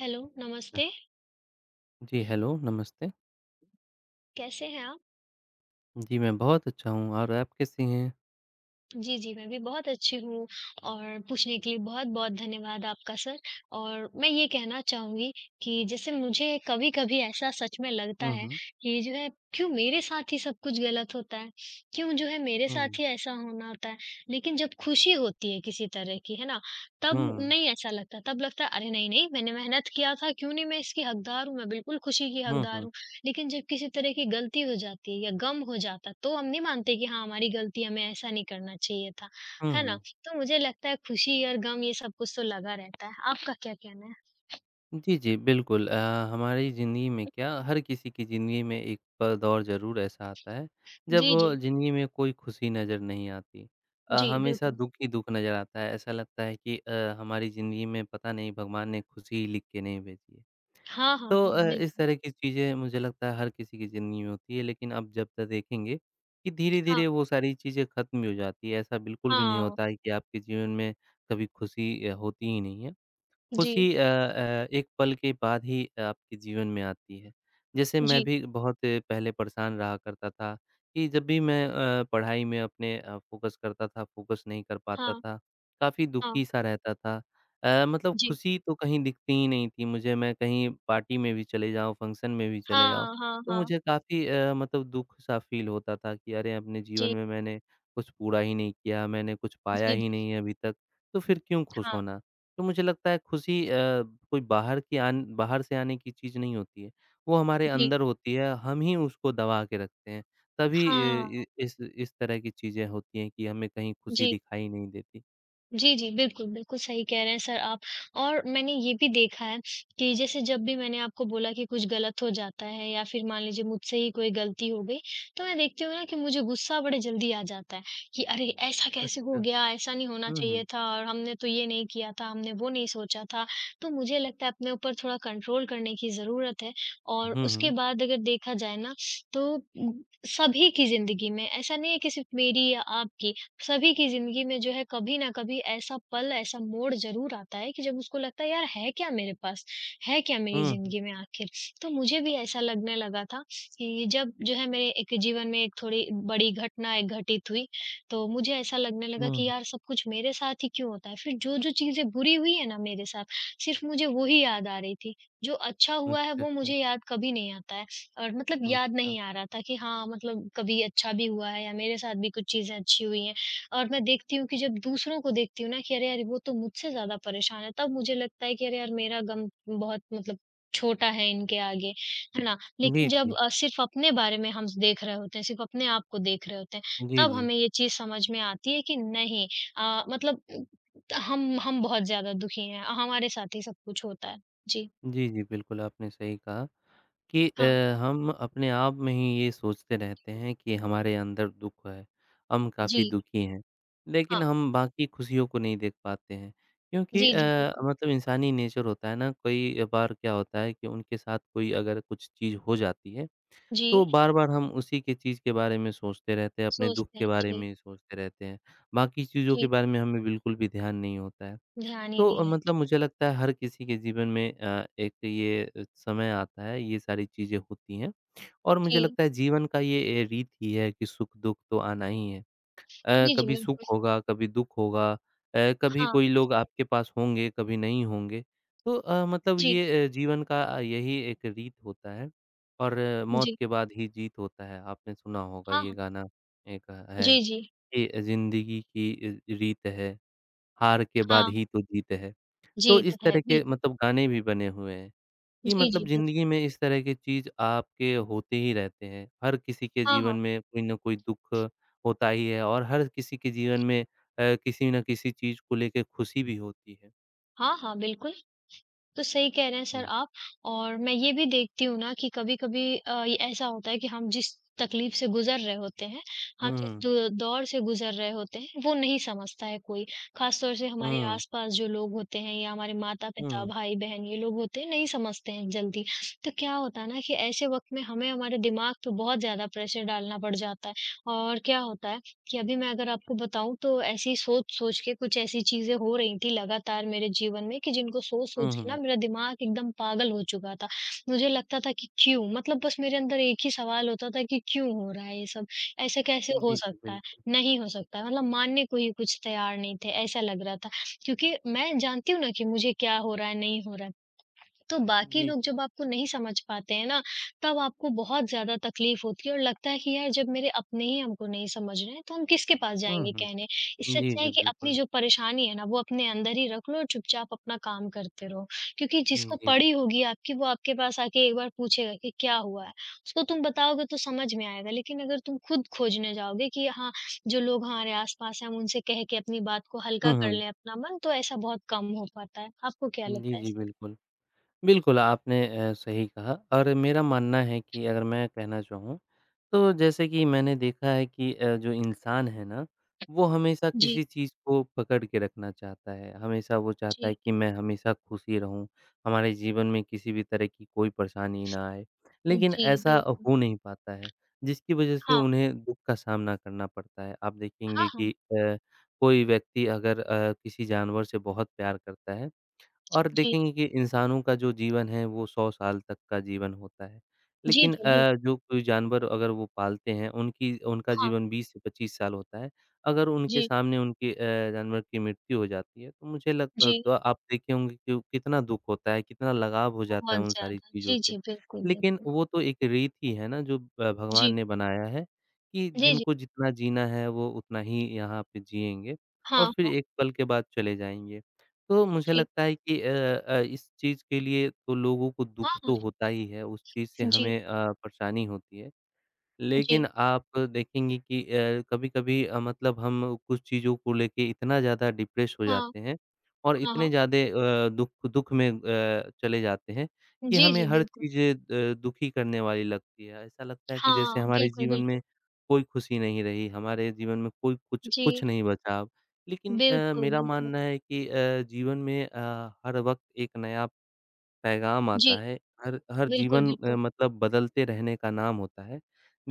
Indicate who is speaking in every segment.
Speaker 1: Hello, नमस्ते,
Speaker 2: जी, hello, नमस्ते।
Speaker 1: कैसे हैं आप?
Speaker 2: जी, मैं बहुत अच्छा हूँ और आप कैसी हैं?
Speaker 1: जी, जी, मैं भी बहुत अच्छी हूँ और पूछने के लिए बहुत-बहुत धन्यवाद आपका सर और मैं ये कहना चाहूँगी कि जैसे मुझे कभी-कभी ऐसा सच में लगता
Speaker 2: हुँ,
Speaker 1: है
Speaker 2: हुँ।
Speaker 1: कि जो है क्यों मेरे साथ ही सब कुछ गलत होता है? क्यों जो है मेरे
Speaker 2: हुँ,
Speaker 1: साथ ही ऐसा होना होता है? लेकिन जब खुशी होती है किसी तरह की, है ना? तब
Speaker 2: हुँ।
Speaker 1: नहीं ऐसा लगता, तब लगता है अरे! नहीं, नहीं मैंने मेहनत किया था, क्यों नहीं मैं इसकी हकदार हूँ, मैं बिल्कुल खुशी की
Speaker 2: हुँ,
Speaker 1: हकदार
Speaker 2: हुँ।
Speaker 1: हूँ। लेकिन जब किसी तरह की गलती हो जाती है या गम हो जाता तो हम नहीं मानते कि हाँ हमारी गलती हमें ऐसा नहीं करना चाहिए था,
Speaker 2: हुँ,
Speaker 1: है ना?
Speaker 2: हुँ।
Speaker 1: तो मुझे लगता है खुशी और गम ये सब कुछ तो लगा रहता है। आपका क्या कहना है?
Speaker 2: जी, जी, बिल्कुल हमारी ज़िंदगी में क्या हर किसी की ज़िंदगी में एक प दौर ज़रूर ऐसा आता है, जब
Speaker 1: जी, जी।
Speaker 2: ज़िंदगी में कोई खुशी नज़र नहीं आती।
Speaker 1: जी,
Speaker 2: हमेशा
Speaker 1: बिल्कुल।
Speaker 2: दुःख ही दुःख नज़र आता है, ऐसा लगता है कि हमारी ज़िंदगी में पता नहीं भगवान ने खुशी लिख के नहीं भेजी है।
Speaker 1: हाँ, हाँ,
Speaker 2: तो
Speaker 1: हाँ,
Speaker 2: इस
Speaker 1: बिल्कुल।
Speaker 2: तरह की चीज़ें मुझे लगता है हर किसी की ज़िंदगी में होती है लेकिन अब जब तक देखेंगे कि
Speaker 1: हाँ,
Speaker 2: धीरे-धीरे वो सारी चीज़ें ख़त्म भी हो जाती है। ऐसा बिल्कुल भी नहीं
Speaker 1: हाँ।
Speaker 2: होता है कि आपके जीवन में कभी खुशी होती ही नहीं है।
Speaker 1: जी,
Speaker 2: खुशी एक पल के बाद ही आपके जीवन में आती है। जैसे मैं
Speaker 1: जी।
Speaker 2: भी बहुत पहले परेशान रहा करता था कि जब भी मैं पढ़ाई में अपने फ़ोकस करता था, फ़ोकस नहीं कर पाता
Speaker 1: हाँ,
Speaker 2: था, काफ़ी
Speaker 1: हाँ,
Speaker 2: दुखी-सा रहता था। मतलब
Speaker 1: जी।
Speaker 2: खुशी तो कहीं दिखती ही नहीं थी मुझे, मैं कहीं पार्टी में भी चले जाऊँ, फंक्शन में भी चले जाऊँ,
Speaker 1: हाँ, हाँ,
Speaker 2: तो
Speaker 1: हाँ। हाँ,
Speaker 2: मुझे काफ़ी मतलब दुःख-सा फ़ील होता था कि अरे! अपने जीवन
Speaker 1: जी,
Speaker 2: में मैंने कुछ पूरा ही नहीं किया, मैंने कुछ पाया
Speaker 1: जी,
Speaker 2: ही
Speaker 1: जी।
Speaker 2: नहीं है अभी तक, तो फिर क्यों खुश
Speaker 1: हाँ,
Speaker 2: होना। तो मुझे लगता है खुशी कोई बाहर की आन बाहर से आने की चीज़ नहीं होती है। वो हमारे
Speaker 1: जी।
Speaker 2: अंदर होती है, हम ही उसको दबा के रखते हैं। तभी अ,
Speaker 1: हाँ,
Speaker 2: इ इस तरह की चीज़ें होती हैं कि हमें कहीं खुशी
Speaker 1: जी।
Speaker 2: दिखाई नहीं देती।
Speaker 1: जी, जी। बिल्कुल, बिल्कुल सही कह रहे हैं सर आप और मैंने ये भी देखा है कि जैसे जब भी मैंने आपको बोला कि कुछ गलत हो जाता है या फिर मान लीजिए मुझसे ही कोई गलती हो गई, तो मैं देखती हूँ ना कि मुझे गुस्सा बड़े जल्दी आ जाता है कि अरे! ऐसा कैसे हो
Speaker 2: अच्छा।
Speaker 1: गया? ऐसा नहीं होना
Speaker 2: हुँ, हुँ।
Speaker 1: चाहिए था और हमने तो ये नहीं किया था, हमने वो नहीं सोचा था। तो मुझे लगता है अपने ऊपर थोड़ा कंट्रोल करने की ज़रूरत है और
Speaker 2: हुँ,
Speaker 1: उसके
Speaker 2: हुँ।
Speaker 1: बाद अगर देखा जाए ना तो सभी की ज़िंदगी में ऐसा नहीं है कि सिर्फ़ मेरी या आपकी, सभी की ज़िंदगी में जो है कभी न कभी ऐसा पल, ऐसा मोड़ ज़रूर आता है कि जब उसको लगता है यार है क्या मेरे पास? है क्या मेरी
Speaker 2: हुँ,
Speaker 1: ज़िंदगी में आखिर? तो मुझे भी ऐसा लगने लगा था कि जब जो है मेरे एक जीवन में एक थोड़ी बड़ी घटना एक घटित हुई, तो मुझे ऐसा लगने लगा
Speaker 2: हुँ,
Speaker 1: कि यार
Speaker 2: हुँ।
Speaker 1: सब कुछ मेरे साथ ही क्यों होता है? फिर जो-जो चीज़ें बुरी हुई है ना मेरे साथ, सिर्फ़ मुझे वो ही याद आ रही थी। जो अच्छा हुआ है
Speaker 2: अच्छा,
Speaker 1: वो
Speaker 2: अच्छा।
Speaker 1: मुझे याद कभी नहीं आता है और मतलब याद
Speaker 2: अच्छा।
Speaker 1: नहीं आ रहा था कि हाँ, मतलब कभी अच्छा भी हुआ है या मेरे साथ भी कुछ चीज़ें अच्छी हुई हैं। और मैं देखती हूँ कि जब दूसरों को देखती हूँ ना कि अरे यार वो तो मुझसे ज़्यादा परेशान है, तब मुझे लगता है कि अरे यार मेरा गम बहुत मतलब छोटा है इनके आगे, है ना?
Speaker 2: जी,
Speaker 1: लेकिन जब
Speaker 2: जी।
Speaker 1: सिर्फ़ अपने बारे में हम देख रहे होते हैं, सिर्फ़ अपने आप को देख रहे होते हैं,
Speaker 2: जी,
Speaker 1: तब
Speaker 2: जी।
Speaker 1: हमें ये चीज़ समझ में आती है कि नहीं मतलब हम बहुत ज़्यादा दुखी हैं, हमारे साथ ही सब कुछ होता है। जी,
Speaker 2: जी, जी, बिल्कुल आपने सही कहा। कि
Speaker 1: हाँ,
Speaker 2: हम अपने आप में ही ये सोचते रहते हैं कि हमारे अंदर दुःख है, हम काफ़ी
Speaker 1: जी,
Speaker 2: दुखी हैं।
Speaker 1: हाँ,
Speaker 2: लेकिन हम बाकी खुशियों को नहीं देख पाते हैं क्योंकि
Speaker 1: जी, जी, बिल्कुल।
Speaker 2: मतलब इंसानी नेचर होता है ना, कई बार क्या होता है कि उनके साथ कोई अगर कुछ चीज़ हो जाती है, तो
Speaker 1: जी,
Speaker 2: बार-बार हम उसी के चीज़ के बारे में सोचते रहते हैं, अपने दुःख
Speaker 1: सोचते हैं,
Speaker 2: के बारे
Speaker 1: जी,
Speaker 2: में ही सोचते रहते हैं। बाकी चीज़ों के
Speaker 1: जी,
Speaker 2: बारे में हमें बिल्कुल भी ध्यान नहीं होता है।
Speaker 1: ध्यान ही
Speaker 2: तो
Speaker 1: नहीं
Speaker 2: मतलब
Speaker 1: रहता।
Speaker 2: मुझे लगता है हर किसी के जीवन में एक ये समय आता है, ये सारी चीज़ें होती हैं और मुझे
Speaker 1: जी,
Speaker 2: लगता है जीवन का ये रीत ही है कि सुख-दुख तो आना ही है।
Speaker 1: जी, जी,
Speaker 2: कभी सुख
Speaker 1: बिल्कुल।
Speaker 2: होगा, कभी दुख होगा कभी
Speaker 1: हाँ,
Speaker 2: कोई लोग आपके पास होंगे, कभी नहीं होंगे। तो मतलब
Speaker 1: जी।
Speaker 2: ये जीवन का यही एक रीत होता है और मौत
Speaker 1: जी,
Speaker 2: के बाद ही जीत होता है। आपने सुना होगा
Speaker 1: हाँ,
Speaker 2: ये
Speaker 1: हाँ।
Speaker 2: गाना एक है
Speaker 1: जी, जी।
Speaker 2: कि ज़िंदगी की रीत है, हार के बाद
Speaker 1: हाँ,
Speaker 2: ही तो जीत है।
Speaker 1: जी,
Speaker 2: तो
Speaker 1: ये
Speaker 2: इस
Speaker 1: तो है।
Speaker 2: तरह
Speaker 1: बिल
Speaker 2: के मतलब गाने भी बने हुए हैं कि
Speaker 1: जी, जी,
Speaker 2: मतलब
Speaker 1: बिल्कुल।
Speaker 2: ज़िंदगी में इस तरह की चीज़ आपके होते ही रहते हैं। हर किसी के
Speaker 1: हाँ, हाँ।
Speaker 2: जीवन में कोई ना कोई दुःख होता ही है और हर किसी के जीवन में किसी न किसी चीज़ को लेके खुशी भी होती है।
Speaker 1: हाँ, हाँ, बिल्कुल, तो सही कह रहे हैं सर
Speaker 2: हुँ।
Speaker 1: आप और मैं ये भी देखती हूँ ना कि कभी-कभी ये ऐसा होता है कि हम जिस तकलीफ से गुज़र रहे होते हैं, हम जिस
Speaker 2: हुँ,
Speaker 1: दो दौर से गुज़र रहे होते हैं, वो नहीं समझता है कोई। ख़ास तौर से हमारे
Speaker 2: हुँ,
Speaker 1: आस-पास जो लोग होते हैं या हमारे माता-पिता,
Speaker 2: हुँ,
Speaker 1: भाई-बहन ये लोग होते हैं, नहीं समझते हैं जल्दी। तो क्या होता है ना कि ऐसे वक़्त में हमें हमारे दिमाग पे बहुत ज़्यादा प्रेशर डालना पड़ जाता है और क्या होता है कि अभी मैं अगर आपको बताऊँ तो ऐसी सोच-सोच के कुछ ऐसी चीज़ें हो रही थी लगातार मेरे जीवन में कि जिनको
Speaker 2: हुँ,
Speaker 1: सोच-सोच के ना
Speaker 2: हुँ।
Speaker 1: मेरा दिमाग एकदम पागल हो चुका था। मुझे लगता था कि क्यों? मतलब बस मेरे अंदर एक ही सवाल होता था कि क्यों हो रहा है ये सब? ऐसा कैसे
Speaker 2: जी,
Speaker 1: हो
Speaker 2: जी,
Speaker 1: सकता है?
Speaker 2: बिल्कुल।
Speaker 1: नहीं हो सकता है। मतलब मानने को ही कुछ तैयार नहीं थे, ऐसा लग रहा था। क्योंकि मैं जानती हूँ ना कि मुझे क्या हो रहा है, नहीं हो रहा है। तो बाकी
Speaker 2: जी,
Speaker 1: लोग जब आपको नहीं समझ पाते हैं ना, तब आपको बहुत ज़्यादा तकलीफ़ होती है और लगता है कि यार जब मेरे अपने ही हमको नहीं समझ रहे हैं, तो हम किसके पास
Speaker 2: हुँ,
Speaker 1: जाएँगे
Speaker 2: हुँ।
Speaker 1: कहने? इससे
Speaker 2: जी,
Speaker 1: अच्छा
Speaker 2: जी,
Speaker 1: है कि अपनी
Speaker 2: बिल्कुल।
Speaker 1: जो परेशानी है ना, वो अपने अंदर ही रख लो और चुपचाप अपना काम करते रहो। क्योंकि
Speaker 2: हुँ,
Speaker 1: जिसको
Speaker 2: जी।
Speaker 1: पड़ी होगी आपकी, वो आपके पास आके एक बार पूछेगा कि क्या हुआ है? उसको तुम बताओगे तो समझ में आएगा, लेकिन अगर तुम खुद खोजने जाओगे कि हाँ, जो लोग हमारे आस-पास हैं, हम उनसे कह के अपनी बात को
Speaker 2: हुँ,
Speaker 1: हल्का कर
Speaker 2: हुँ।
Speaker 1: लें अपना मन, तो ऐसा बहुत कम हो पाता है। आपको क्या
Speaker 2: जी,
Speaker 1: लगता है
Speaker 2: जी,
Speaker 1: इस पे?
Speaker 2: बिल्कुल। बिल्कुल, आपने सही कहा और मेरा मानना है कि अगर मैं कहना चाहूँ, तो जैसे कि मैंने देखा है कि जो इंसान है ना, वो हमेशा
Speaker 1: जी।
Speaker 2: किसी चीज़ को पकड़ के रखना चाहता है। हमेशा वो चाहता
Speaker 1: जी,
Speaker 2: है कि मैं हमेशा खुशी रहूँ, हमारे जीवन में किसी भी तरह की कोई परेशानी ना आए। लेकिन
Speaker 1: जी,
Speaker 2: ऐसा
Speaker 1: बिल्कुल।
Speaker 2: हो नहीं पाता है, जिसकी वजह से
Speaker 1: हाँ,
Speaker 2: उन्हें दुःख का सामना करना पड़ता है। आप
Speaker 1: हाँ,
Speaker 2: देखेंगे
Speaker 1: हाँ।
Speaker 2: कि कोई व्यक्ति अगर किसी जानवर से बहुत प्यार करता है, और
Speaker 1: जी,
Speaker 2: देखेंगे कि इंसानों का जो जीवन है वो 100 साल तक का जीवन होता है।
Speaker 1: जी,
Speaker 2: लेकिन
Speaker 1: जी, बिल्कुल।
Speaker 2: जो कोई जानवर अगर वो पालते हैं उनकी उनका
Speaker 1: हाँ,
Speaker 2: जीवन 20 से 25 साल होता है। अगर उनके
Speaker 1: जी,
Speaker 2: सामने उनके जानवर की मृत्यु हो जाती है तो
Speaker 1: जी,
Speaker 2: तो आप देखे होंगे कि कितना दुःख होता है, कितना लगाव हो जाता है
Speaker 1: बहुत
Speaker 2: उन सारी
Speaker 1: ज़्यादा।
Speaker 2: चीज़ों
Speaker 1: जी,
Speaker 2: से।
Speaker 1: जी, बिल्कुल,
Speaker 2: लेकिन
Speaker 1: बिल्कुल।
Speaker 2: वो तो एक रीत ही है ना जो भगवान
Speaker 1: जी,
Speaker 2: ने बनाया है कि
Speaker 1: जी, जी।
Speaker 2: जिनको जितना जीना है वो उतना ही यहाँ पे जिएँगे और
Speaker 1: हाँ,
Speaker 2: फिर
Speaker 1: हाँ।
Speaker 2: एक पल के बाद चले जाएँगे। तो मुझे
Speaker 1: जी,
Speaker 2: लगता है कि इस चीज़ के लिए तो लोगों को
Speaker 1: हाँ,
Speaker 2: दुःख
Speaker 1: हाँ।
Speaker 2: तो होता ही है, उस चीज़ से
Speaker 1: जी,
Speaker 2: हमें परेशानी होती है।
Speaker 1: जी।
Speaker 2: लेकिन आप देखेंगे कि कभी-कभी मतलब हम कुछ चीज़ों को लेके इतना ज़्यादा डिप्रेस हो
Speaker 1: हाँ,
Speaker 2: जाते हैं और
Speaker 1: हाँ,
Speaker 2: इतने
Speaker 1: हाँ।
Speaker 2: ज़्यादा दुःख दुःख में चले जाते हैं कि
Speaker 1: जी,
Speaker 2: हमें
Speaker 1: जी,
Speaker 2: हर
Speaker 1: बिल्कुल।
Speaker 2: चीज़ें दुखी करने वाली लगती है। ऐसा लगता है कि जैसे
Speaker 1: हाँ,
Speaker 2: हमारे
Speaker 1: बिल्कुल,
Speaker 2: जीवन में
Speaker 1: बिल्कुल।
Speaker 2: कोई खुशी नहीं रही, हमारे जीवन में कोई कुछ कुछ
Speaker 1: जी,
Speaker 2: नहीं बचा अब। लेकिन
Speaker 1: बिल्कुल,
Speaker 2: मेरा
Speaker 1: बिल्कुल।
Speaker 2: मानना है कि जीवन में हर वक़्त एक नया पैगाम
Speaker 1: जी,
Speaker 2: आता है, हर हर
Speaker 1: बिल्कुल,
Speaker 2: जीवन
Speaker 1: बिल्कुल।
Speaker 2: मतलब बदलते रहने का नाम होता है।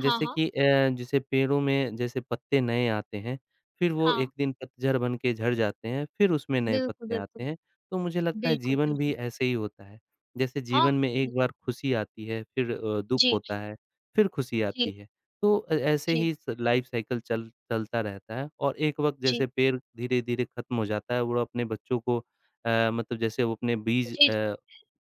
Speaker 1: हाँ, हाँ।
Speaker 2: कि जैसे पेड़ों में जैसे पत्ते नए आते हैं, फिर वो
Speaker 1: हाँ,
Speaker 2: एक दिन पतझड़ बन के झड़ जाते हैं, फिर उसमें नए
Speaker 1: बिल्कुल,
Speaker 2: पत्ते आते
Speaker 1: बिल्कुल।
Speaker 2: हैं। तो मुझे लगता है
Speaker 1: बिल्कुल,
Speaker 2: जीवन भी
Speaker 1: बिल्कुल।
Speaker 2: ऐसे ही होता है। जैसे
Speaker 1: हाँ, हाँ,
Speaker 2: जीवन में एक
Speaker 1: बिल्कुल।
Speaker 2: बार खुशी आती है, फिर दुःख
Speaker 1: जी,
Speaker 2: होता है, फिर खुशी
Speaker 1: जी,
Speaker 2: आती
Speaker 1: जी,
Speaker 2: है। तो अ, ऐसे
Speaker 1: जी,
Speaker 2: ही स लाइफ़ साइकिल चल चलता रहता है और एक वक़्त जैसे पेड़ धीरे-धीरे खत्म हो जाता है, वो अपने बच्चों को मतलब जैसे वो अपने बीज
Speaker 1: जी, जी,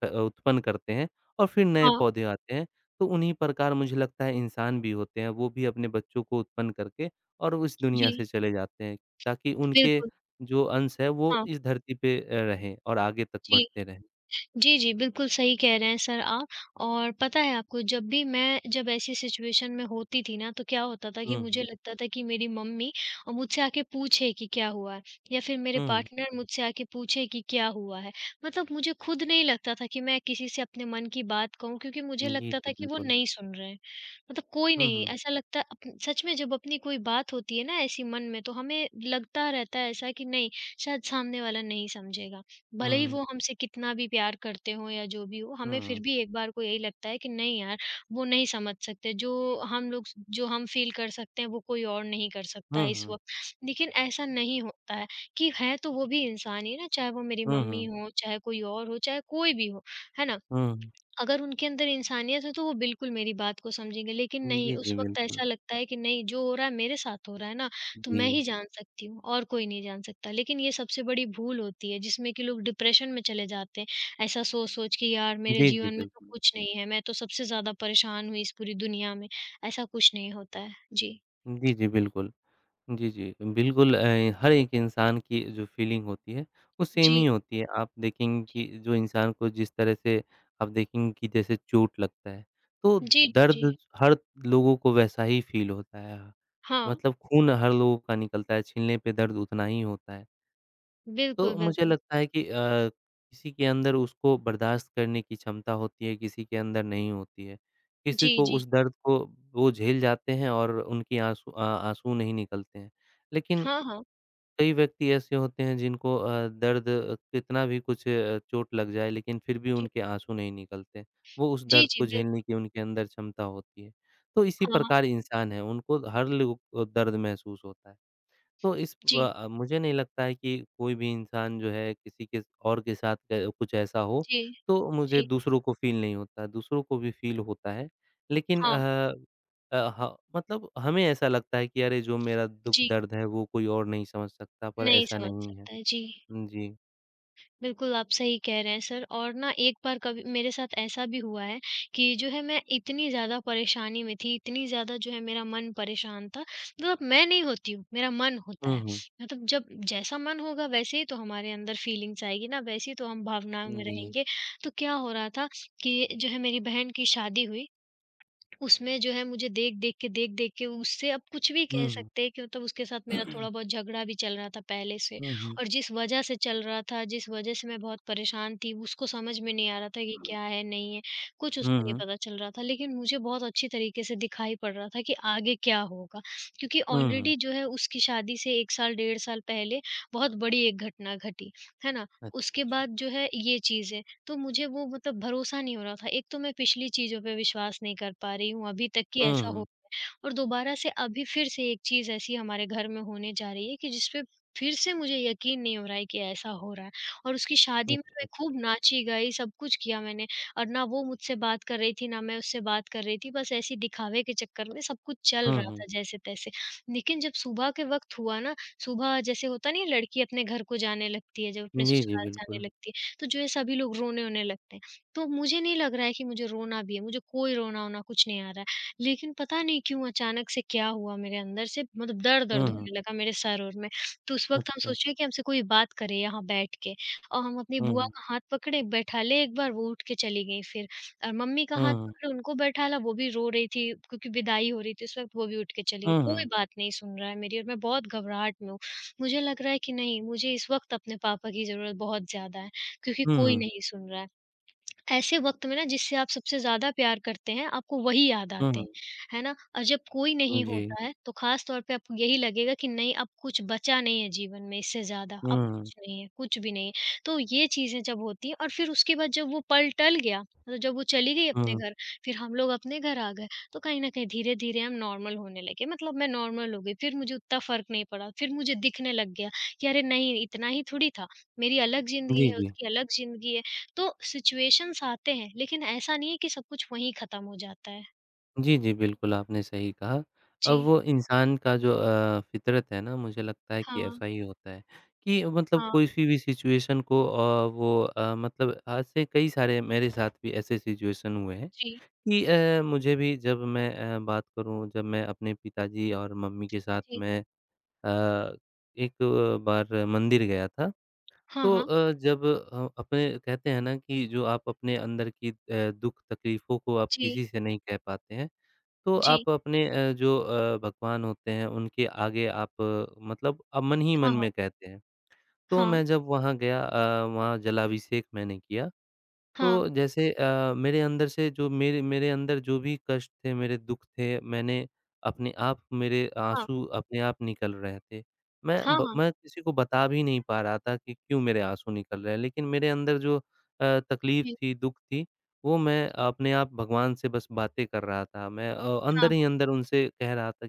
Speaker 2: उत्पन्न करते हैं और फिर नए
Speaker 1: हाँ,
Speaker 2: पौधे आते हैं। तो उन्हीं प्रकार मुझे लगता है इंसान भी होते हैं, वो भी अपने बच्चों को उत्पन्न करके और इस दुनिया से
Speaker 1: जी,
Speaker 2: चले जाते हैं, ताकि उनके
Speaker 1: बिल्कुल।
Speaker 2: जो अंश है वो
Speaker 1: हाँ,
Speaker 2: इस धरती पे रहें और आगे तक
Speaker 1: जी।
Speaker 2: बढ़ते रहें।
Speaker 1: जी, जी, बिल्कुल सही कह रहे हैं सर आप और पता है आपको जब भी मैं जब ऐसी सिचुएशन में होती थी ना, तो क्या होता था कि
Speaker 2: हुँ,
Speaker 1: मुझे
Speaker 2: हुँ।
Speaker 1: लगता था कि मेरी मम्मी मुझसे आके पूछे कि क्या हुआ है? या फिर मेरे
Speaker 2: हुँ, हुँ।
Speaker 1: पार्टनर मुझसे आके पूछे कि क्या हुआ है? मतलब मुझे खुद नहीं लगता था कि मैं किसी से अपने मन की बात कहूँ क्योंकि मुझे
Speaker 2: जी,
Speaker 1: लगता
Speaker 2: जी,
Speaker 1: था कि वो
Speaker 2: बिल्कुल।
Speaker 1: नहीं सुन रहे हैं। मतलब कोई
Speaker 2: हुँ,
Speaker 1: नहीं,
Speaker 2: हुँ।
Speaker 1: ऐसा लगता है अप सच में जब अपनी कोई बात होती है ना ऐसी मन में, तो हमें लगता रहता है ऐसा कि नहीं, शायद सामने वाला नहीं समझेगा।
Speaker 2: हुँ,
Speaker 1: भले ही
Speaker 2: हुँ।
Speaker 1: वो हमसे कितना भी प्यार करते हों या जो भी हो,
Speaker 2: हुँ,
Speaker 1: हमें फिर
Speaker 2: हुँ।
Speaker 1: भी एक बार को यही लगता है कि नहीं यार, वो नहीं समझ सकते, जो हम फ़ील कर सकते हैं, वो कोई और नहीं कर सकता
Speaker 2: हुँ,
Speaker 1: है इस
Speaker 2: हुँ।
Speaker 1: वक़्त। लेकिन ऐसा नहीं होता है कि है तो वो भी इंसान ही ना, चाहे वो मेरी
Speaker 2: हुँ,
Speaker 1: मम्मी
Speaker 2: हुँ।
Speaker 1: हो, चाहे कोई और हो, चाहे कोई भी हो, है ना?
Speaker 2: हुँ।
Speaker 1: अगर उनके अंदर इंसानियत है तो वो बिल्कुल मेरी बात को समझेंगे, लेकिन नहीं
Speaker 2: जी,
Speaker 1: उस
Speaker 2: जी,
Speaker 1: वक़्त
Speaker 2: बिल्कुल।
Speaker 1: ऐसा लगता है कि नहीं जो हो रहा है मेरे साथ हो रहा है ना, तो
Speaker 2: जी।
Speaker 1: मैं ही जान सकती हूँ और कोई नहीं जान सकता। लेकिन ये सबसे बड़ी भूल होती है जिसमें कि लोग डिप्रेशन में चले जाते हैं, ऐसा सोच-सोच के यार मेरे
Speaker 2: जी, जी,
Speaker 1: जीवन में तो
Speaker 2: बिल्कुल।
Speaker 1: कुछ नहीं है, मैं तो सबसे ज़्यादा परेशान हुई इस पूरी दुनिया में, ऐसा कुछ नहीं होता है। जी,
Speaker 2: जी, जी, बिल्कुल। जी, जी। बिल्कुल हर एक इंसान की जो फ़ीलिंग होती है, वो सेम
Speaker 1: जी,
Speaker 2: ही होती है। आप देखेंगे
Speaker 1: जी।
Speaker 2: कि जो इंसान को जिस तरह से आप देखेंगे कि जैसे चोट लगता है, तो
Speaker 1: जी, जी, जी।
Speaker 2: दर्द हर लोगों को वैसा ही फ़ील होता है।
Speaker 1: हाँ,
Speaker 2: मतलब खून हर लोगों का निकलता है, छीलने पे दर्द उतना ही होता है। तो
Speaker 1: बिल्कुल,
Speaker 2: मुझे
Speaker 1: बिल्कुल।
Speaker 2: लगता है कि किसी के अंदर उसको बर्दाश्त करने की क्षमता होती है, किसी के अंदर नहीं होती है। किसी
Speaker 1: जी,
Speaker 2: को
Speaker 1: जी।
Speaker 2: उस दर्द को वो झेल जाते हैं और उनकी आँसू आँसू नहीं निकलते हैं। लेकिन
Speaker 1: हाँ, हाँ।
Speaker 2: कई व्यक्ति ऐसे होते हैं जिनको दर्द कितना भी कुछ चोट लग जाए लेकिन फिर भी
Speaker 1: जी।
Speaker 2: उनके आँसू नहीं निकलते। वो उस
Speaker 1: जी,
Speaker 2: दर्द
Speaker 1: जी,
Speaker 2: को झेलने
Speaker 1: बिल्कुल।
Speaker 2: की उनके अंदर क्षमता होती है। तो इसी
Speaker 1: हाँ, हाँ।
Speaker 2: प्रकार इंसान है, उनको हर लो दर्द महसूस होता है। तो
Speaker 1: जी,
Speaker 2: मुझे नहीं लगता है कि कोई भी इंसान जो है किसी के और के साथ क कुछ ऐसा हो,
Speaker 1: जी,
Speaker 2: तो मुझे
Speaker 1: जी।
Speaker 2: दूसरों को फ़ील नहीं होता, दूसरों को भी फ़ील होता है। लेकिन अ
Speaker 1: हाँ।
Speaker 2: अ, ह मतलब हमें ऐसा लगता है कि अरे जो मेरा दुःख
Speaker 1: जी,
Speaker 2: दर्द है वो कोई और नहीं समझ सकता, पर
Speaker 1: नहीं
Speaker 2: ऐसा
Speaker 1: समझ
Speaker 2: नहीं है।
Speaker 1: सकता है। जी,
Speaker 2: हुँ, जी।
Speaker 1: बिल्कुल आप सही कह रहे हैं सर और ना एक बार कभी मेरे साथ ऐसा भी हुआ है कि जो है मैं इतनी ज़्यादा परेशानी में थी, इतनी ज़्यादा जो है मेरा मन परेशान था, मतलब मैं नहीं होती हूँ, मेरा मन होता
Speaker 2: हुँ,
Speaker 1: है।
Speaker 2: हुँ।
Speaker 1: मतलब जब जैसा मन होगा वैसे ही तो हमारे अंदर फीलिंग्स आएगी ना, वैसे ही तो हम भावनाओं
Speaker 2: हुँ,
Speaker 1: में
Speaker 2: जी।
Speaker 1: रहेंगे। तो क्या हो रहा था कि जो है मेरी बहन की शादी हुई उसमें जो है मुझे देख-देख के उससे अब कुछ भी
Speaker 2: हुँ,
Speaker 1: कह
Speaker 2: हुँ।
Speaker 1: सकते हैं कि मतलब उसके साथ मेरा थोड़ा बहुत झगड़ा भी चल रहा था पहले से
Speaker 2: हुँ, हुँ।
Speaker 1: और जिस वजह से चल रहा था, जिस वजह से मैं बहुत परेशान थी, उसको समझ में नहीं आ रहा था कि क्या है, नहीं है, कुछ
Speaker 2: हुँ,
Speaker 1: उसको नहीं
Speaker 2: हुँ।
Speaker 1: पता चल रहा था। लेकिन मुझे बहुत अच्छी तरीके से दिखाई पड़ रहा था कि आगे क्या होगा क्योंकि
Speaker 2: हुँ, हुँ।
Speaker 1: ऑलरेडी जो है उसकी शादी से 1 साल, डेढ़ साल पहले बहुत बड़ी एक घटना घटी, है ना?
Speaker 2: अच्छा,
Speaker 1: उसके
Speaker 2: अच्छा।
Speaker 1: बाद जो है ये चीज़ें तो मुझे वो मतलब भरोसा नहीं हो रहा था। एक तो मैं पिछली चीज़ों पे विश्वास नहीं कर पा रही हूँ अभी तक कि
Speaker 2: हुँ,
Speaker 1: ऐसा हो
Speaker 2: हुँ।
Speaker 1: गया है। और दोबारा से अभी फिर से एक चीज़ ऐसी हमारे घर में होने जा रही है कि जिस पे फिर से मुझे यकीन नहीं हो रहा है कि ऐसा हो रहा है और उसकी शादी में मैं
Speaker 2: अच्छा।
Speaker 1: खूब नाची गाई, सब कुछ किया मैंने और ना वो मुझसे बात कर रही थी, ना मैं उससे बात कर रही थी। बस ऐसे ही दिखावे के चक्कर में सब कुछ चल
Speaker 2: हुँ,
Speaker 1: रहा
Speaker 2: हुँ।
Speaker 1: था जैसे-तैसे। लेकिन जब सुबह के वक़्त हुआ ना, सुबह जैसे होता नहीं है लड़की अपने घर को जाने लगती है, जब अपने
Speaker 2: जी, जी,
Speaker 1: ससुराल जाने
Speaker 2: बिल्कुल।
Speaker 1: लगती है। तो जो है सभी लोग रोने-वोने लगते हैं। तो मुझे नहीं लग रहा है कि मुझे रोना भी है, मुझे कोई रोना-वोना कुछ नहीं आ रहा है। लेकिन पता नहीं क्यों अचानक से क्या हुआ मेरे अंदर से मतलब
Speaker 2: हुँ,
Speaker 1: दर्द-दर्द
Speaker 2: हुँ।
Speaker 1: होने लगा मेरे सर और में। तो उस वक़्त हम
Speaker 2: अच्छा।
Speaker 1: सोचे कि हमसे कोई बात करे यहाँ बैठ के और हम अपनी
Speaker 2: हुँ,
Speaker 1: बुआ
Speaker 2: हुँ।
Speaker 1: का हाथ पकड़े, बैठा ले एक बार वो उठ के चली गईं फिर और मम्मी का हाथ
Speaker 2: हुँ, हुँ।
Speaker 1: पकड़े उनको बैठाला, वो भी रो रही थी क्योंकि विदाई हो रही थी उस वक़्त वो भी उठ के चली गई।
Speaker 2: हुँ,
Speaker 1: कोई
Speaker 2: हुँ।
Speaker 1: बात नहीं सुन रहा है मेरी और मैं बहुत घबराहट में हूँ। मुझे लग रहा है कि नहीं, मुझे इस वक़्त अपने पापा की ज़रूरत बहुत ज़्यादा है। क्योंकि कोई
Speaker 2: हुँ,
Speaker 1: नहीं सुन रहा है। ऐसे वक़्त में ना जिससे आप सबसे ज़्यादा प्यार करते हैं, आपको वही याद आते
Speaker 2: हुँ,
Speaker 1: हैं, है ना? और जब कोई
Speaker 2: हुँ।
Speaker 1: नहीं
Speaker 2: जी।
Speaker 1: होता है, तो ख़ास तौर पे आपको यही लगेगा कि नहीं अब कुछ बचा नहीं है जीवन में इससे ज़्यादा, अब
Speaker 2: हुँ,
Speaker 1: कुछ नहीं है, कुछ भी नहीं है। तो ये चीज़ें जब होती हैं और फिर उसके बाद जब वो पल टल गया, मतलब जब वो चली गई अपने
Speaker 2: हुँ।
Speaker 1: घर, फिर हम लोग अपने घर आ गए, तो कहीं न कहीं धीरे-धीरे हम नॉर्मल होने लगे, मतलब मैं नॉर्मल हो गई, फिर मुझे उतना फ़र्क नहीं पड़ा, फिर मुझे दिखने लग गया कि अरे नहीं, इतना ही थोड़ी था, मेरी अलग ज़िंदगी
Speaker 2: जी,
Speaker 1: है,
Speaker 2: जी।
Speaker 1: उसकी अलग ज़िंदगी है। तो सिचुएशंस आते हैं, लेकिन ऐसा नहीं है कि सब कुछ वहीं ख़त्म हो जाता है।
Speaker 2: जी, जी, बिल्कुल आपने सही कहा। अब
Speaker 1: जी,
Speaker 2: वो इंसान का जो फ़ितरत है ना मुझे लगता है कि
Speaker 1: हाँ,
Speaker 2: ऐसा ही होता है कि मतलब
Speaker 1: हाँ,
Speaker 2: कोई-सी भी सिचुएशन को वो मतलब आज से कई सारे मेरे साथ भी ऐसे सिचुएशन हुए हैं
Speaker 1: जी,
Speaker 2: कि मुझे भी जब मैं बात करूँ जब मैं अपने पिताजी और मम्मी के साथ
Speaker 1: जी,
Speaker 2: मैं अ, एक बार मंदिर गया था
Speaker 1: हाँ,
Speaker 2: तो
Speaker 1: हाँ,
Speaker 2: जब अपने कहते हैं ना कि जो आप अपने अंदर की दुख तकलीफ़ों को आप
Speaker 1: जी,
Speaker 2: किसी से नहीं कह पाते हैं, तो
Speaker 1: जी,
Speaker 2: आप अपने जो भगवान होते हैं उनके आगे आप मतलब मन ही मन
Speaker 1: हाँ, हाँ,
Speaker 2: में कहते हैं। तो
Speaker 1: हाँ,
Speaker 2: मैं जब वहाँ गया वहाँ जलाभिषेक मैंने किया।
Speaker 1: हाँ,
Speaker 2: तो जैसे मेरे अंदर से जो मेरे मेरे अंदर जो भी कष्ट थे, मेरे दुःख थे, मैंने अपने आप मेरे
Speaker 1: हाँ,
Speaker 2: आँसू अपने आप निकल रहे थे।
Speaker 1: हाँ, हाँ,
Speaker 2: मैं किसी को बता भी नहीं पा रहा था कि क्यों मेरे आँसू निकल रहे हैं, लेकिन मेरे अंदर जो तकलीफ़
Speaker 1: जी,
Speaker 2: थी, दुःख थी, वो मैं
Speaker 1: जी,
Speaker 2: अपने आप भगवान से बस बातें कर रहा था। मैं
Speaker 1: हाँ,
Speaker 2: अंदर ही अंदर उनसे कह रहा था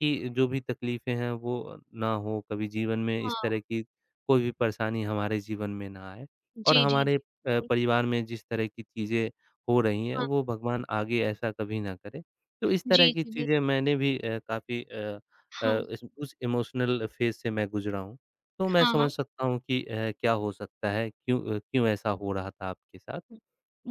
Speaker 2: कि जो भी तकलीफ़ें हैं वो ना हो, कभी जीवन में
Speaker 1: हाँ,
Speaker 2: इस
Speaker 1: हाँ,
Speaker 2: तरह की कोई भी परेशानी हमारे जीवन में ना आए और
Speaker 1: जी, जी,
Speaker 2: हमारे
Speaker 1: जी, बिल्कुल,
Speaker 2: परिवार में जिस तरह की चीज़ें हो रही हैं,
Speaker 1: हाँ,
Speaker 2: वो भगवान आगे ऐसा कभी ना करे। तो इस तरह
Speaker 1: जी,
Speaker 2: की
Speaker 1: जी, बिल
Speaker 2: चीज़ें मैंने भी अ, काफ़ी अ
Speaker 1: हाँ,
Speaker 2: अ, इस उस इमोशनल फ़ेज़ से मैं गुज़रा हूँ। तो मैं
Speaker 1: हाँ, हाँ,
Speaker 2: समझ सकता हूँ कि क्या हो सकता है, क्यों ऐसा हो रहा था आपके साथ।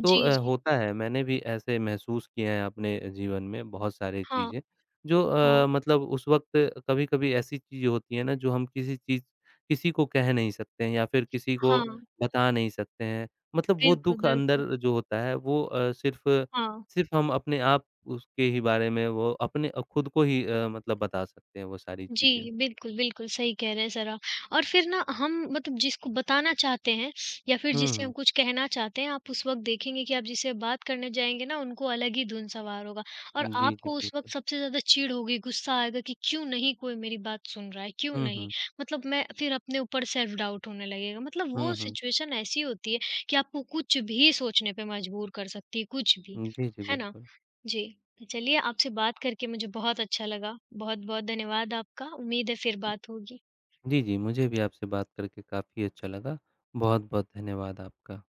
Speaker 2: तो
Speaker 1: जी, जी,
Speaker 2: होता है, मैंने भी ऐसे महसूस किए हैं अपने जीवन में बहुत सारी
Speaker 1: हाँ,
Speaker 2: चीज़ें, जो
Speaker 1: हाँ,
Speaker 2: मतलब उस वक़्त कभी-कभी ऐसी चीज़ होती है ना, जो हम किसी को कह नहीं सकते हैं या फिर किसी को
Speaker 1: हाँ,
Speaker 2: बता नहीं सकते हैं। मतलब वो
Speaker 1: बिल्कुल,
Speaker 2: दुःख
Speaker 1: बिल्कुल,
Speaker 2: अंदर जो होता है वो अ, सिर्फ़
Speaker 1: हाँ।
Speaker 2: सिर्फ़ हम अपने आप उसके ही बारे में वो अपने खुद को ही मतलब बता सकते हैं वो सारी
Speaker 1: जी,
Speaker 2: चीज़ें।
Speaker 1: बिल्कुल, बिल्कुल, सही कह रहे हैं सर आप। और फिर ना हम मतलब जिसको बताना चाहते हैं या फिर
Speaker 2: हुँ,
Speaker 1: जिससे
Speaker 2: हुँ।
Speaker 1: हम कुछ कहना चाहते हैं, आप उस वक़्त देखेंगे कि आप जिससे बात करने जाएँगे ना, उनको अलग ही धुन सवार होगा और
Speaker 2: जी, जी,
Speaker 1: आपको उस वक़्त
Speaker 2: बिल्कुल।
Speaker 1: सबसे ज़्यादा चिढ़ होगी, गुस्सा आएगा कि क्यों नहीं कोई मेरी बात सुन रहा है, क्यों
Speaker 2: हुँ,
Speaker 1: नहीं?
Speaker 2: हुँ।
Speaker 1: मतलब मैं फिर अपने ऊपर सेल्फ डाउट होने लगेगा। मतलब
Speaker 2: हुँ,
Speaker 1: वो
Speaker 2: हुँ।
Speaker 1: सिचुएशन ऐसी होती है कि आपको कुछ भी सोचने पे मजबूर कर सकती है, कुछ भी।
Speaker 2: जी, जी,
Speaker 1: है ना?
Speaker 2: बिल्कुल।
Speaker 1: जी, चलिए आपसे बात करके मुझे बहुत अच्छा लगा। बहुत-बहुत धन्यवाद आपका। उम्मीद है फिर बात होगी।
Speaker 2: जी, जी, मुझे भी आपसे बात करके काफ़ी अच्छा लगा। बहुत-बहुत धन्यवाद आपका।